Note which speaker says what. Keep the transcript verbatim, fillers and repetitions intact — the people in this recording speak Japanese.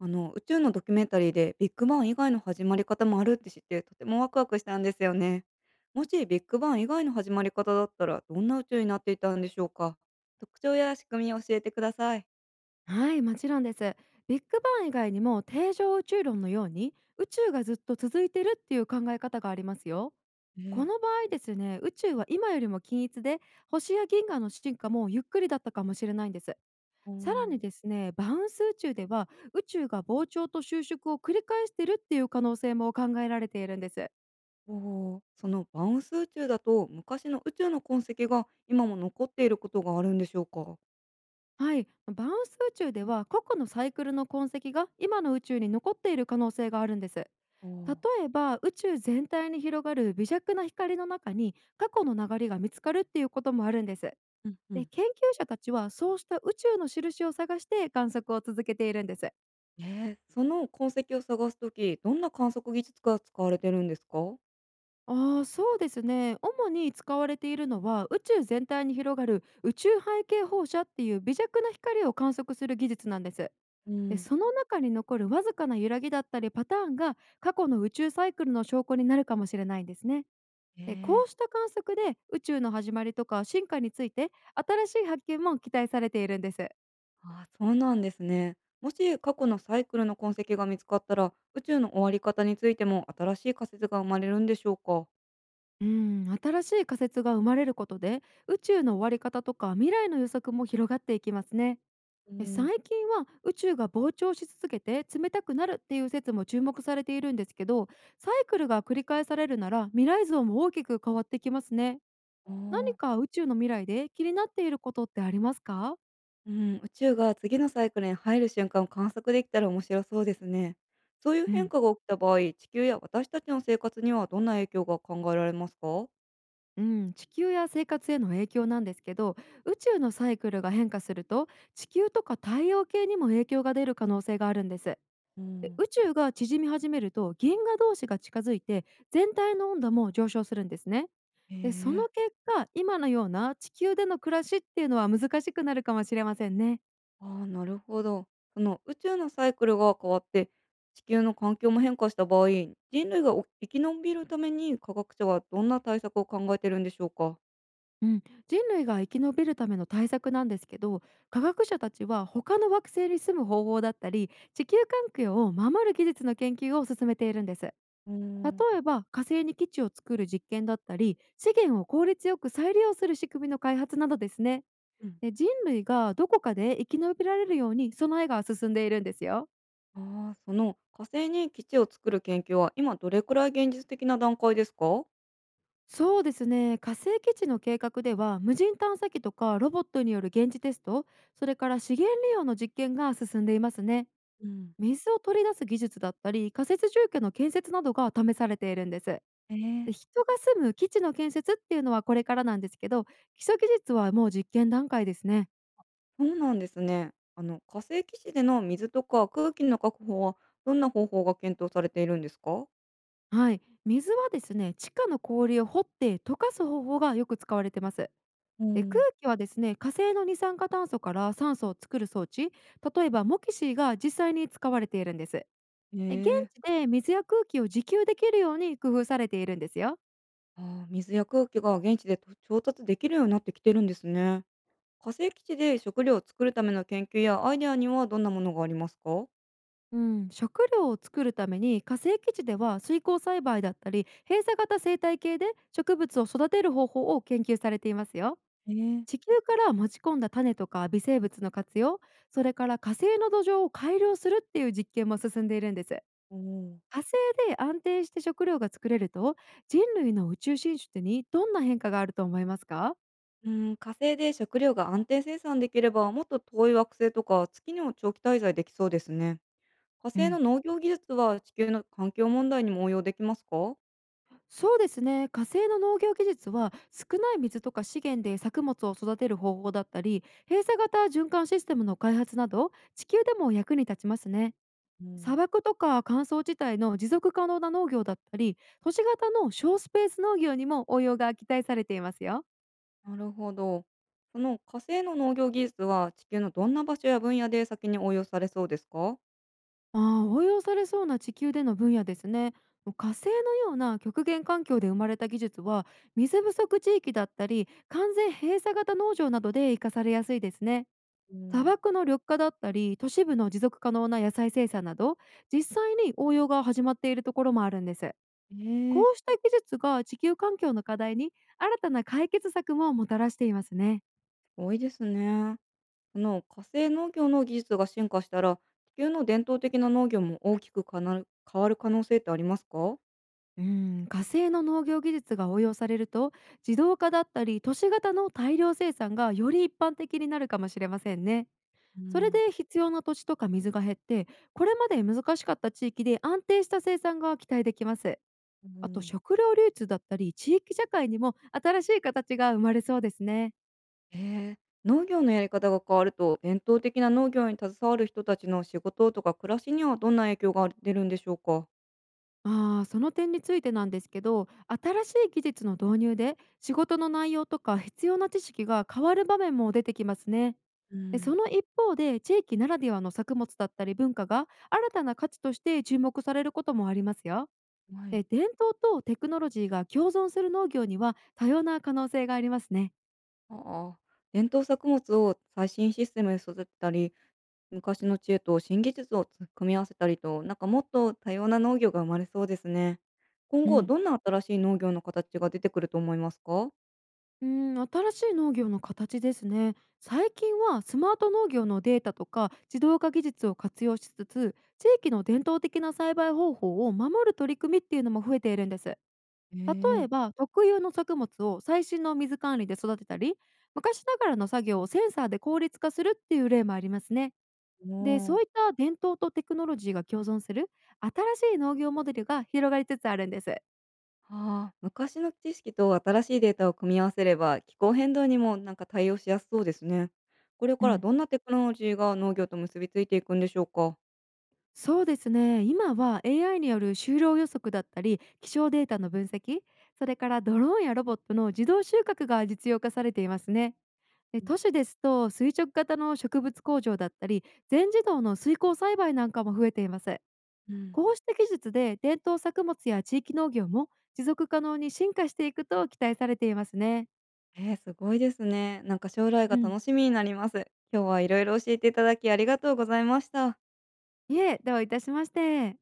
Speaker 1: あの、宇宙のドキュメンタリーでビッグバン以外の始まり方もあるって知ってとてもワクワクしたんですよね。もしビッグバン以外の始まり方だったらどんな宇宙になっていたんでしょうか、特徴や仕組みを教えてください。
Speaker 2: はい、もちろんです。ビッグバン以外にも定常宇宙論のように宇宙がずっと続いてるっていう考え方がありますよ。こ
Speaker 1: ええ。
Speaker 2: の場合ですね、宇宙は今よりも均一で星や銀河の進化もゆっくりだったかもしれないんです。
Speaker 1: お
Speaker 2: さら
Speaker 1: ー。
Speaker 2: にですね、バウンス宇宙では宇宙が膨張と収縮を繰り返してるっていう可能性も考えられているんです。
Speaker 1: おー。そのバウンス宇宙だと昔の宇宙の痕跡が今も残っていることがあるんでしょうか？
Speaker 2: はい、まバウンス宇宙では過去のサイクルの痕跡が今の宇宙に残っている可能性があるんです。
Speaker 1: お
Speaker 2: 例
Speaker 1: お。
Speaker 2: えば宇宙全体に広がる微弱な光の中に過去の流れが見つかるっていうこともあるんです。
Speaker 1: うんう
Speaker 2: で
Speaker 1: ん。
Speaker 2: 研究者たちはそうした宇宙の印を探して観測を続けているんです。
Speaker 1: えー、その痕跡を探すときどんな観測技術が使われてるんですか？
Speaker 2: あーそうですね、主に使われているのは宇宙全体に広がる宇宙背景放射っていう微弱な光を観測する技術なんです。
Speaker 1: うう
Speaker 2: で
Speaker 1: ん。
Speaker 2: その中に残るわずかな揺らぎだったりパターンが過去の宇宙サイクルの証拠になるかもしれないんですね。でこ
Speaker 1: え
Speaker 2: うし
Speaker 1: え。
Speaker 2: た観測で宇宙の始まりとか進化について新しい発見も期待されているんです。
Speaker 1: ああ、そうなんですね。もし過去のサイクルの痕跡が見つかったら、宇宙の終わり方についても新しい仮説が生まれるんでしょうか。
Speaker 2: うん、新しい仮説が生まれることで宇宙の終わり方とか未来の予測も広がっていきますね。
Speaker 1: う
Speaker 2: え
Speaker 1: ん。
Speaker 2: 最近は宇宙が膨張し続けて冷たくなるっていう説も注目されているんですけど、サイクルが繰り返されるなら未来像も大きく変わってきますね。
Speaker 1: あ
Speaker 2: 何
Speaker 1: あ、
Speaker 2: か宇宙の未来で気になっていることってありますか？
Speaker 1: うん、宇宙が次のサイクルに入る瞬間を観測できたら面白そうですね。そういう
Speaker 2: う
Speaker 1: 変
Speaker 2: ん、
Speaker 1: 化が起きた場合、地球や私たちの生活にはどんな影響が考えられますか？
Speaker 2: うん、地球や生活への影響なんですけど、宇宙のサイクルが変化すると地球とか太陽系にも影響が出る可能性があるんです。
Speaker 1: う
Speaker 2: で
Speaker 1: ん。
Speaker 2: 宇宙が縮み始めると銀河同士が近づいて全体の温度も上昇するんですね。
Speaker 1: へ
Speaker 2: でその
Speaker 1: え。
Speaker 2: 結果今のような地球での暮らしっていうのは難しくなるかもしれませんね。
Speaker 1: ああ、なるほど。その宇宙のサイクルが変わって地球の環境も変化した場合、人類がお生き延びるために科学者はどんな対策を考えてるんでしょうか。
Speaker 2: うん、人類が生き延びるための対策なんですけど、科学者たちは他の惑星に住む方法だったり地球環境を守る技術の研究を進めているんです。例
Speaker 1: うーん。
Speaker 2: えば火星に基地を作る実験だったり資源を効率よく再利用する仕組みの開発などですね。
Speaker 1: うん。
Speaker 2: で人類がどこかで生き延びられるように備えが進んでいるんですよ。
Speaker 1: ああ、その火星に基地を作る研究は今どれくらい現実的な段階ですか。
Speaker 2: そうですね、火星基地の計画では無人探査機とかロボットによる現地テスト、それから資源利用の実験が進んでいますね。
Speaker 1: うん。
Speaker 2: 水を取り出す技術だったり仮設住居の建設などが試されているんです。
Speaker 1: え
Speaker 2: で
Speaker 1: え、
Speaker 2: 人が住む基地の建設っていうのはこれからなんですけど、基礎技術はもう実験段階ですね。
Speaker 1: そうなんですね。あの火星基地での水とか空気の確保はどんな方法が検討されているんですか。
Speaker 2: はい、水はですね地下の氷を掘って溶かす方法がよく使われてます。
Speaker 1: う
Speaker 2: で空
Speaker 1: ん。
Speaker 2: 気はですね火星の二酸化炭素から酸素を作る装置、例えばモキシーが実際に使われているんです。
Speaker 1: え
Speaker 2: で現
Speaker 1: え。
Speaker 2: 地で水や空気を自給できるように工夫されているんですよ。
Speaker 1: あー、水や空気が現地でと調達できるようになってきてるんですね。火星基地で食料を作るための研究やアイデアにはどんなものがありますか？
Speaker 2: うん、食料を作るために火星基地では水耕栽培だったり閉鎖型生態系で植物を育てる方法を研究されていますよ。
Speaker 1: ええ。
Speaker 2: 地球から持ち込んだ種とか微生物の活用、それから火星の土壌を改良するっていう実験も進んでいるんです。
Speaker 1: おお。
Speaker 2: 火星で安定して食料が作れると、人類の宇宙進出にどんな変化があると思いますか？
Speaker 1: うん、火星で食料が安定生産できればもっと遠い惑星とか月にも長期滞在できそうですね。火
Speaker 2: う
Speaker 1: 星の
Speaker 2: ん、
Speaker 1: 農業技術は地球の環境問題にも応用できますかー？
Speaker 2: そうですね、火星の農業技術は少ない水とか資源で作物を育てる方法だったり閉鎖型循環システムの開発など地球でも役に立ちますね。
Speaker 1: う
Speaker 2: 砂
Speaker 1: ん。
Speaker 2: 漠とか乾燥地帯の持続可能な農業だったり都市型の小スペース農業にも応用が期待されていますよ。
Speaker 1: なるほど。その火星の農業技術は地球のどんな場所や分野で先に応用されそうですか？
Speaker 2: ああ、応用されそうな地球での分野ですね。火星のような極限環境で生まれた技術は水不足地域だったり完全閉鎖型農場などで活かされやすいですね。
Speaker 1: う
Speaker 2: 砂
Speaker 1: ん。
Speaker 2: 漠の緑化だったり都市部の持続可能な野菜生産など、実際に応用が始まっているところもあるんです。こ
Speaker 1: ええ。
Speaker 2: うした技術が地球環境の課題に新たな解決策ももたらしていますね。
Speaker 1: 多いですね。あの火星農業の技術が進化したら、地球の伝統的な農業も大きくかな、変わる可能性ってありますか？
Speaker 2: うん、火星の農業技術が応用されると自動化だったり都市型の大量生産がより一般的になるかもしれませんね。
Speaker 1: う
Speaker 2: それ
Speaker 1: ん、
Speaker 2: で必要な土地とか水が減ってこれまで難しかった地域で安定した生産が期待できます。
Speaker 1: う
Speaker 2: あと
Speaker 1: ん。
Speaker 2: 食料流通だったり地域社会にも新しい形が生まれそうですね。
Speaker 1: ええ、農業のやり方が変わると、伝統的な農業に携わる人たちの仕事とか暮らしにはどんな影響が出るんでしょうか？
Speaker 2: ああ、その点についてなんですけど、新しい技術の導入で仕事の内容とか必要な知識が変わる場面も出てきますね。
Speaker 1: う
Speaker 2: でそ
Speaker 1: ん。
Speaker 2: の一方で地域ならではの作物だったり文化が新たな価値として注目されることもありますよ。
Speaker 1: は
Speaker 2: で
Speaker 1: い。
Speaker 2: 伝統とテクノロジーが共存する農業には多様な可能性がありますね。
Speaker 1: ああ、伝統作物を最新システムで育てたり、昔の知恵と新技術を組み合わせたりと、なんかもっと多様な農業が生まれそうですね。今
Speaker 2: う
Speaker 1: 後
Speaker 2: ん、
Speaker 1: どんな新しい農業の形が出てくると思いますか？
Speaker 2: うん、新しい農業の形ですね。最近はスマート農業のデータとか自動化技術を活用しつつ、地域の伝統的な栽培方法を守る取り組みっていうのも増えているんです。例
Speaker 1: ええ。
Speaker 2: えば、特有の作物を最新の水管理で育てたり、昔ながらの作業をセンサーで効率化するっていう例もありますね。で、
Speaker 1: も
Speaker 2: そうい
Speaker 1: う。
Speaker 2: った伝統とテクノロジーが共存する新しい農業モデルが広がりつつあるんです。
Speaker 1: はあ、昔の知識と新しいデータを組み合わせれば気候変動にもなんか対応しやすそうですね。これ
Speaker 2: う
Speaker 1: から
Speaker 2: ん。
Speaker 1: どんなテクノロジーが農業と結びついていくんでしょうか。
Speaker 2: そうですね、今は エーアイ による就労予測だったり気象データの分析、それからドローンやロボットの自動収穫が実用化されていますね。で都市ですと垂直型の植物工場だったり全自動の水耕栽培なんかも増えています。
Speaker 1: うん。
Speaker 2: こうした技術で伝統作物や地域農業も持続可能に進化していくと期待されていますね。
Speaker 1: えー、すごいですね。なんか将来が
Speaker 2: うん、
Speaker 1: 楽しみになります。今日はいろいろ教えていただきありがとうございました。
Speaker 2: いえ、どういたしまして。